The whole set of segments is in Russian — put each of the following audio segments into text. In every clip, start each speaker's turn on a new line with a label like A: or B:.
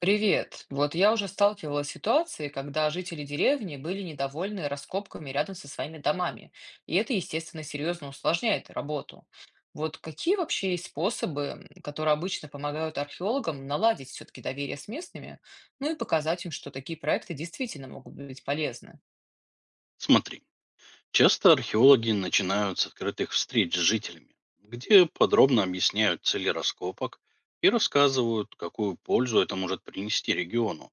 A: Привет. Вот я уже сталкивалась с ситуацией, когда жители деревни были недовольны раскопками рядом со своими домами. И это, естественно, серьезно усложняет работу. Вот какие вообще есть способы, которые обычно помогают археологам наладить все-таки доверие с местными, ну и показать им, что такие проекты действительно могут быть полезны?
B: Смотри, часто археологи начинают с открытых встреч с жителями, где подробно объясняют цели раскопок и рассказывают, какую пользу это может принести региону.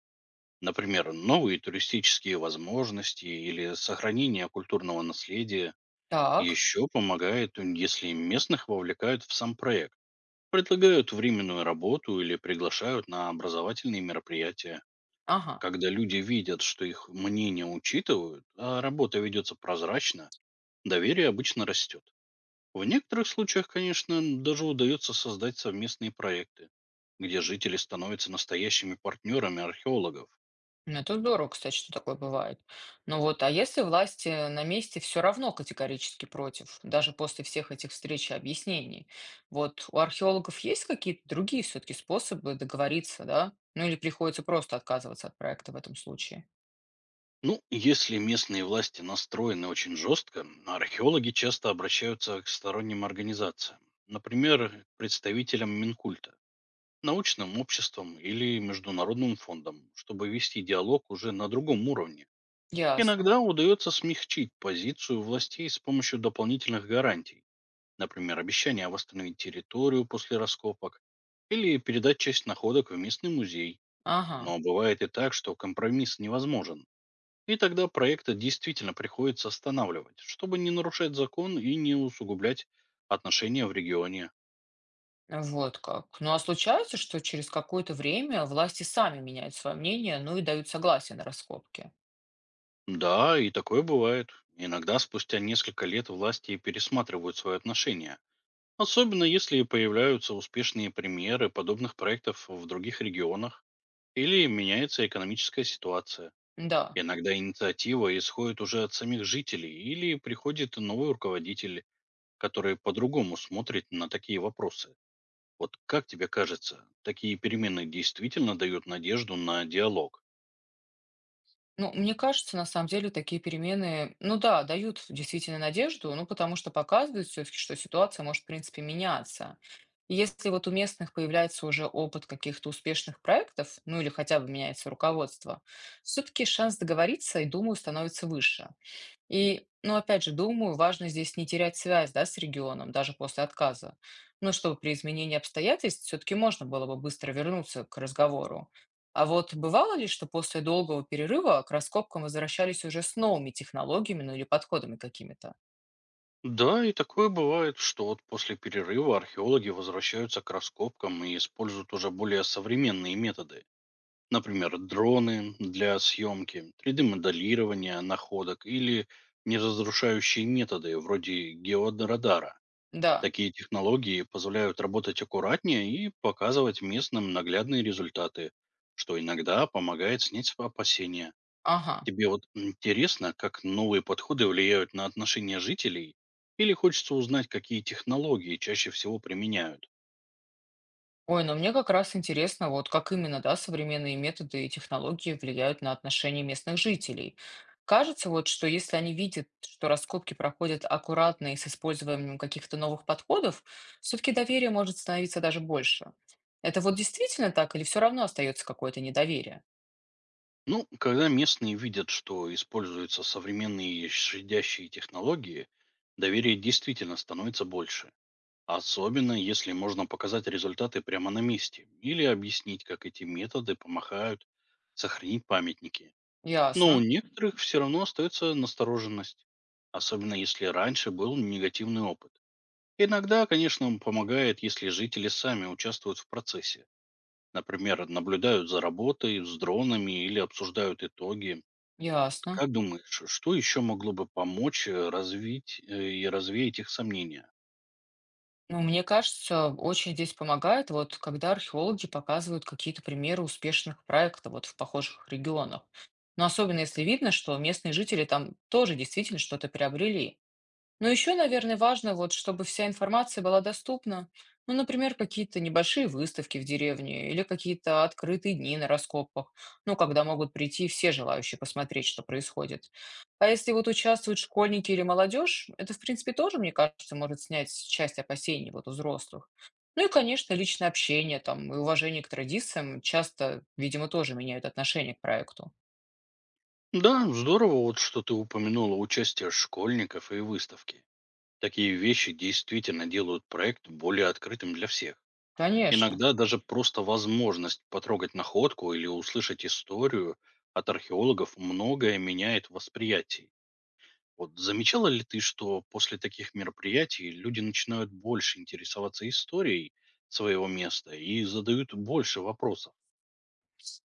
B: Например, новые туристические возможности или сохранение культурного наследия.
A: Так,
B: Еще помогает, если местных вовлекают в сам проект, предлагают временную работу или приглашают на образовательные мероприятия.
A: ага.
B: Когда люди видят, что их мнение учитывают, а работа ведется прозрачно, доверие обычно растет. В некоторых случаях, конечно, даже удается создать совместные проекты, где жители становятся настоящими партнерами археологов.
A: Ну, это здорово, кстати, что такое бывает. Ну вот, а если власти на месте все равно категорически против, даже после всех этих встреч и объяснений, вот у археологов есть какие-то другие все-таки способы договориться, да? Ну или приходится просто отказываться от проекта в этом случае?
B: Ну, если местные власти настроены очень жестко, археологи часто обращаются к сторонним организациям, например, к представителям Минкульта, научным обществам или международным фондам, чтобы вести диалог уже на другом уровне.
A: Ясно.
B: Иногда удается смягчить позицию властей с помощью дополнительных гарантий. Например, обещание восстановить территорию после раскопок или передать часть находок в местный музей.
A: Ага.
B: Но бывает и так, что компромисс невозможен. И тогда проекты действительно приходится останавливать, чтобы не нарушать закон и не усугублять отношения в регионе.
A: Вот как. Ну а случается, что через какое-то время власти сами меняют свое мнение, ну и дают согласие на раскопки?
B: Да, и такое бывает. Иногда спустя несколько лет власти пересматривают свои отношения. Особенно если появляются успешные примеры подобных проектов в других регионах или меняется экономическая ситуация.
A: Да.
B: Иногда инициатива исходит уже от самих жителей или приходит новый руководитель, который по-другому смотрит на такие вопросы. Вот как тебе кажется, такие перемены действительно дают надежду на диалог?
A: Ну, мне кажется, на самом деле такие перемены, ну да, дают действительно надежду, ну потому что показывают все-таки, что ситуация может, в принципе, меняться. И если вот у местных появляется уже опыт каких-то успешных проектов, ну или хотя бы меняется руководство, все-таки шанс договориться, и думаю, становится выше. И, ну, опять же, думаю, важно здесь не терять связь, да, с регионом, даже после отказа. Ну, чтобы при изменении обстоятельств все-таки можно было бы быстро вернуться к разговору. А вот бывало ли, что после долгого перерыва к раскопкам возвращались уже с новыми технологиями, ну или подходами какими-то?
B: Да, и такое бывает, что вот после перерыва археологи возвращаются к раскопкам и используют уже более современные методы. Например, дроны для съемки, 3D моделирования находок или неразрушающие методы вроде георадара.
A: Да,
B: Такие технологии позволяют работать аккуратнее и показывать местным наглядные результаты, что иногда помогает снять опасения.
A: ага.
B: Тебе вот интересно, как новые подходы влияют на отношения жителей? Или хочется узнать, какие технологии чаще всего применяют?
A: Ой, но мне как раз интересно, вот как именно, да, современные методы и технологии влияют на отношения местных жителей. Кажется, вот, что если они видят, что раскопки проходят аккуратно и с использованием каких-то новых подходов, все-таки доверие может становиться даже больше. Это вот действительно так или все равно остается какое-то недоверие?
B: Ну, когда местные видят, что используются современные щадящие технологии, доверие действительно становится больше. Особенно если можно показать результаты прямо на месте или объяснить, как эти методы помогают сохранить памятники. Но у
A: Ясно,
B: некоторых все равно остается настороженность, особенно если раньше был негативный опыт. Иногда, конечно, помогает, если жители сами участвуют в процессе. Например, наблюдают за работой с дронами или обсуждают итоги. Вот
A: ясно.
B: как думаешь, что еще могло бы помочь развить и развеять их сомнения?
A: Ну, мне кажется, очень здесь помогает, вот когда археологи показывают какие-то примеры успешных проектов вот в похожих регионах. Но особенно если видно, что местные жители там тоже действительно что-то приобрели. Но еще, наверное, важно, вот, чтобы вся информация была доступна. Ну, например, какие-то небольшие выставки в деревне или какие-то открытые дни на раскопках, ну, когда могут прийти все желающие посмотреть, что происходит. А если вот участвуют школьники или молодежь, это, в принципе, тоже, мне кажется, может снять часть опасений вот у взрослых. Ну и, конечно, личное общение там и уважение к традициям часто, видимо, тоже меняют отношение к проекту.
B: Да, здорово, вот что ты упомянула участие школьников и выставки. Такие вещи действительно делают проект более открытым для всех.
A: Конечно.
B: Иногда даже просто возможность потрогать находку или услышать историю от археологов многое меняет восприятие. Вот замечала ли ты, что после таких мероприятий люди начинают больше интересоваться историей своего места и задают больше вопросов?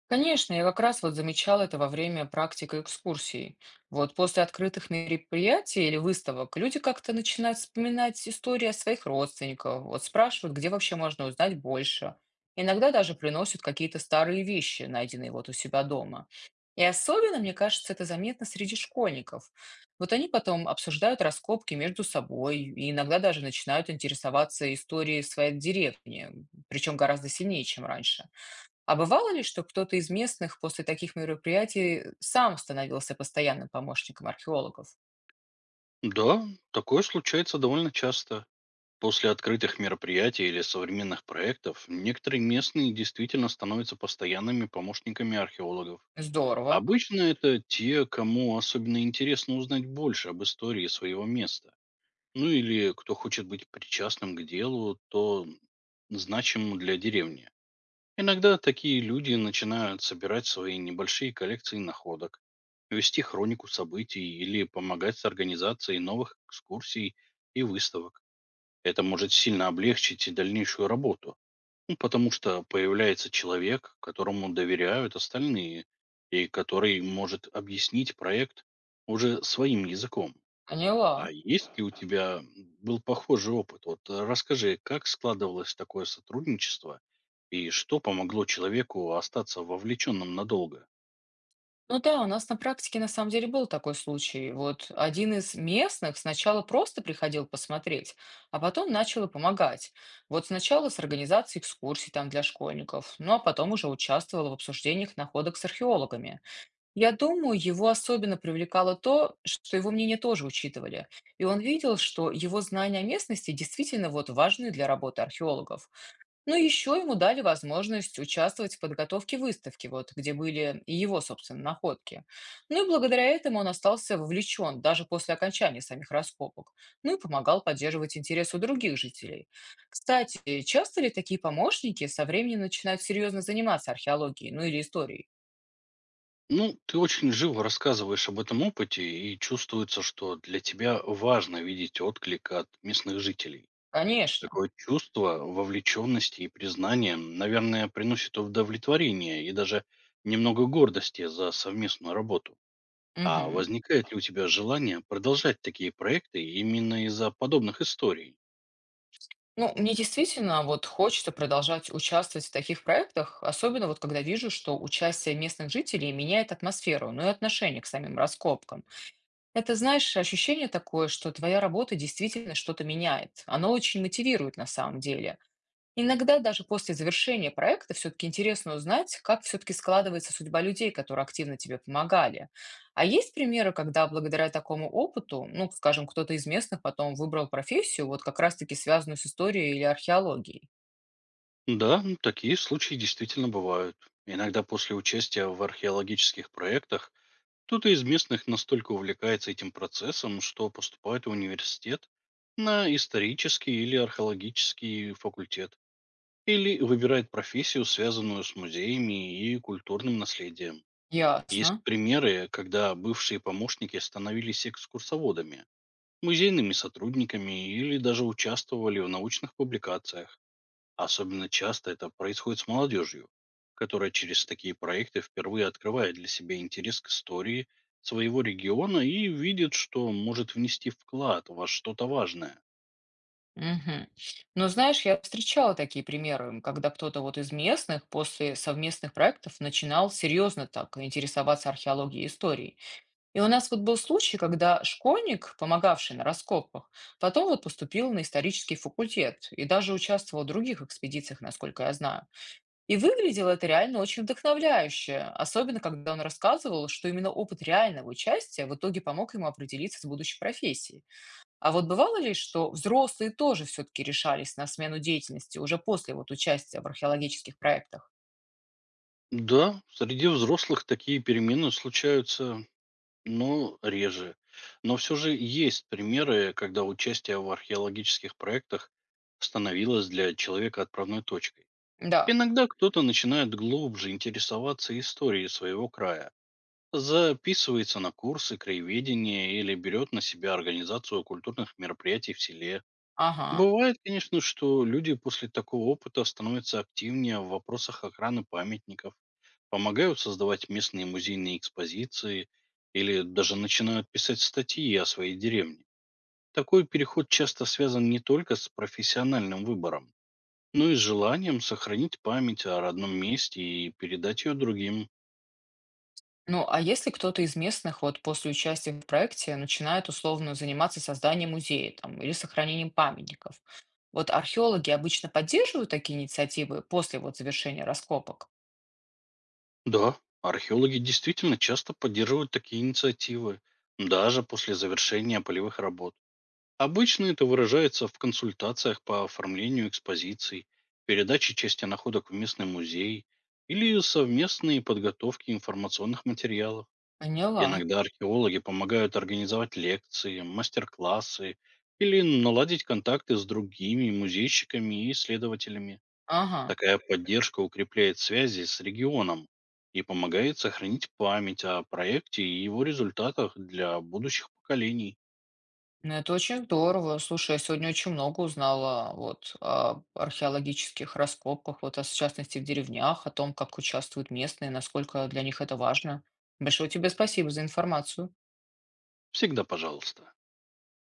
A: Конечно, я как раз вот замечал это во время практик и экскурсий. Вот после открытых мероприятий или выставок люди как-то начинают вспоминать истории о своих родственниках, вот спрашивают, где вообще можно узнать больше. Иногда даже приносят какие-то старые вещи, найденные вот у себя дома. И особенно, мне кажется, это заметно среди школьников. Вот они потом обсуждают раскопки между собой и иногда даже начинают интересоваться историей своей деревни, причем гораздо сильнее, чем раньше. А бывало ли, что кто-то из местных после таких мероприятий сам становился постоянным помощником археологов?
B: Да, такое случается довольно часто. После открытых мероприятий или современных проектов некоторые местные действительно становятся постоянными помощниками археологов.
A: Здорово,
B: Обычно это те, кому особенно интересно узнать больше об истории своего места. Ну или кто хочет быть причастным к делу, то значимому для деревни. Иногда такие люди начинают собирать свои небольшие коллекции находок, вести хронику событий или помогать с организацией новых экскурсий и выставок. Это может сильно облегчить и дальнейшую работу, ну, потому что появляется человек, которому доверяют остальные, и который может объяснить проект уже своим языком. А
A: поняла.
B: есть ли у тебя был похожий опыт? Вот расскажи, как складывалось такое сотрудничество и что помогло человеку остаться вовлеченным надолго?
A: Ну да, у нас на практике на самом деле был такой случай. Вот один из местных сначала просто приходил посмотреть, а потом начал и помогать. Вот сначала с организацией экскурсий там для школьников, ну а потом уже участвовал в обсуждениях находок с археологами. Я думаю, его особенно привлекало то, что его мнение тоже учитывали, и он видел, что его знания о местности действительно вот важны для работы археологов. Но еще ему дали возможность участвовать в подготовке выставки, вот, где были и его, собственно, находки. Ну и благодаря этому он остался вовлечен даже после окончания самих раскопок, ну и помогал поддерживать интерес у других жителей. Кстати, часто ли такие помощники со временем начинают серьезно заниматься археологией, ну или историей?
B: Ну, ты очень живо рассказываешь об этом опыте, и чувствуется, что для тебя важно видеть отклик от местных жителей.
A: Конечно.
B: Такое чувство вовлеченности и признания, наверное, приносит удовлетворение и даже немного гордости за совместную работу. А
A: Мгм.
B: возникает ли у тебя желание продолжать такие проекты именно из-за подобных историй?
A: Ну, мне действительно вот хочется продолжать участвовать в таких проектах, особенно вот когда вижу, что участие местных жителей меняет атмосферу, ну и отношение к самим раскопкам. Это, знаешь, ощущение такое, что твоя работа действительно что-то меняет. Оно очень мотивирует на самом деле. Иногда даже после завершения проекта все-таки интересно узнать, как все-таки складывается судьба людей, которые активно тебе помогали. А есть примеры, когда благодаря такому опыту, ну, скажем, кто-то из местных потом выбрал профессию, вот как раз-таки связанную с историей или археологией?
B: Да, такие случаи действительно бывают. Иногда после участия в археологических проектах кто-то из местных настолько увлекается этим процессом, что поступает в университет на исторический или археологический факультет. Или выбирает профессию, связанную с музеями и культурным наследием. Есть
A: Ясно.
B: примеры, когда бывшие помощники становились экскурсоводами, музейными сотрудниками или даже участвовали в научных публикациях. Особенно часто это происходит с молодежью, которая через такие проекты впервые открывает для себя интерес к истории своего региона и видит, что может внести вклад во что-то важное.
A: Мгм. Но знаешь, я встречала такие примеры, когда кто-то вот из местных после совместных проектов начинал серьезно так интересоваться археологией и историей. И у нас вот был случай, когда школьник, помогавший на раскопках, потом вот поступил на исторический факультет и даже участвовал в других экспедициях, насколько я знаю. И выглядело это реально очень вдохновляюще, особенно когда он рассказывал, что именно опыт реального участия в итоге помог ему определиться с будущей профессией. А вот бывало ли, что взрослые тоже все-таки решались на смену деятельности уже после вот участия в археологических проектах?
B: Да, среди взрослых такие перемены случаются. Ну, реже. Но все же есть примеры, когда участие в археологических проектах становилось для человека отправной точкой.
A: Да,
B: Иногда кто-то начинает глубже интересоваться историей своего края, записывается на курсы краеведения или берет на себя организацию культурных мероприятий в селе.
A: ага.
B: Бывает, конечно, что люди после такого опыта становятся активнее в вопросах охраны памятников, помогают создавать местные музейные экспозиции или даже начинают писать статьи о своей деревне. Такой переход часто связан не только с профессиональным выбором, но и с желанием сохранить память о родном месте и передать ее другим.
A: Ну, а если кто-то из местных вот после участия в проекте начинает условно заниматься созданием музея там, или сохранением памятников, вот археологи обычно поддерживают такие инициативы после вот завершения раскопок?
B: Да, археологи действительно часто поддерживают такие инициативы, даже после завершения полевых работ. Обычно это выражается в консультациях по оформлению экспозиций, передаче части находок в местный музей или совместной подготовке информационных материалов.
A: Поняла.
B: Иногда археологи помогают организовать лекции, мастер-классы или наладить контакты с другими музейщиками и исследователями.
A: Ага.
B: Такая поддержка укрепляет связи с регионом и помогает сохранить память о проекте и его результатах для будущих поколений.
A: Ну, это очень здорово. Слушай, я сегодня очень много узнала вот о археологических раскопках, вот о, в частности в деревнях, о том, как участвуют местные, насколько для них это важно. Большое тебе спасибо за информацию.
B: Всегда пожалуйста.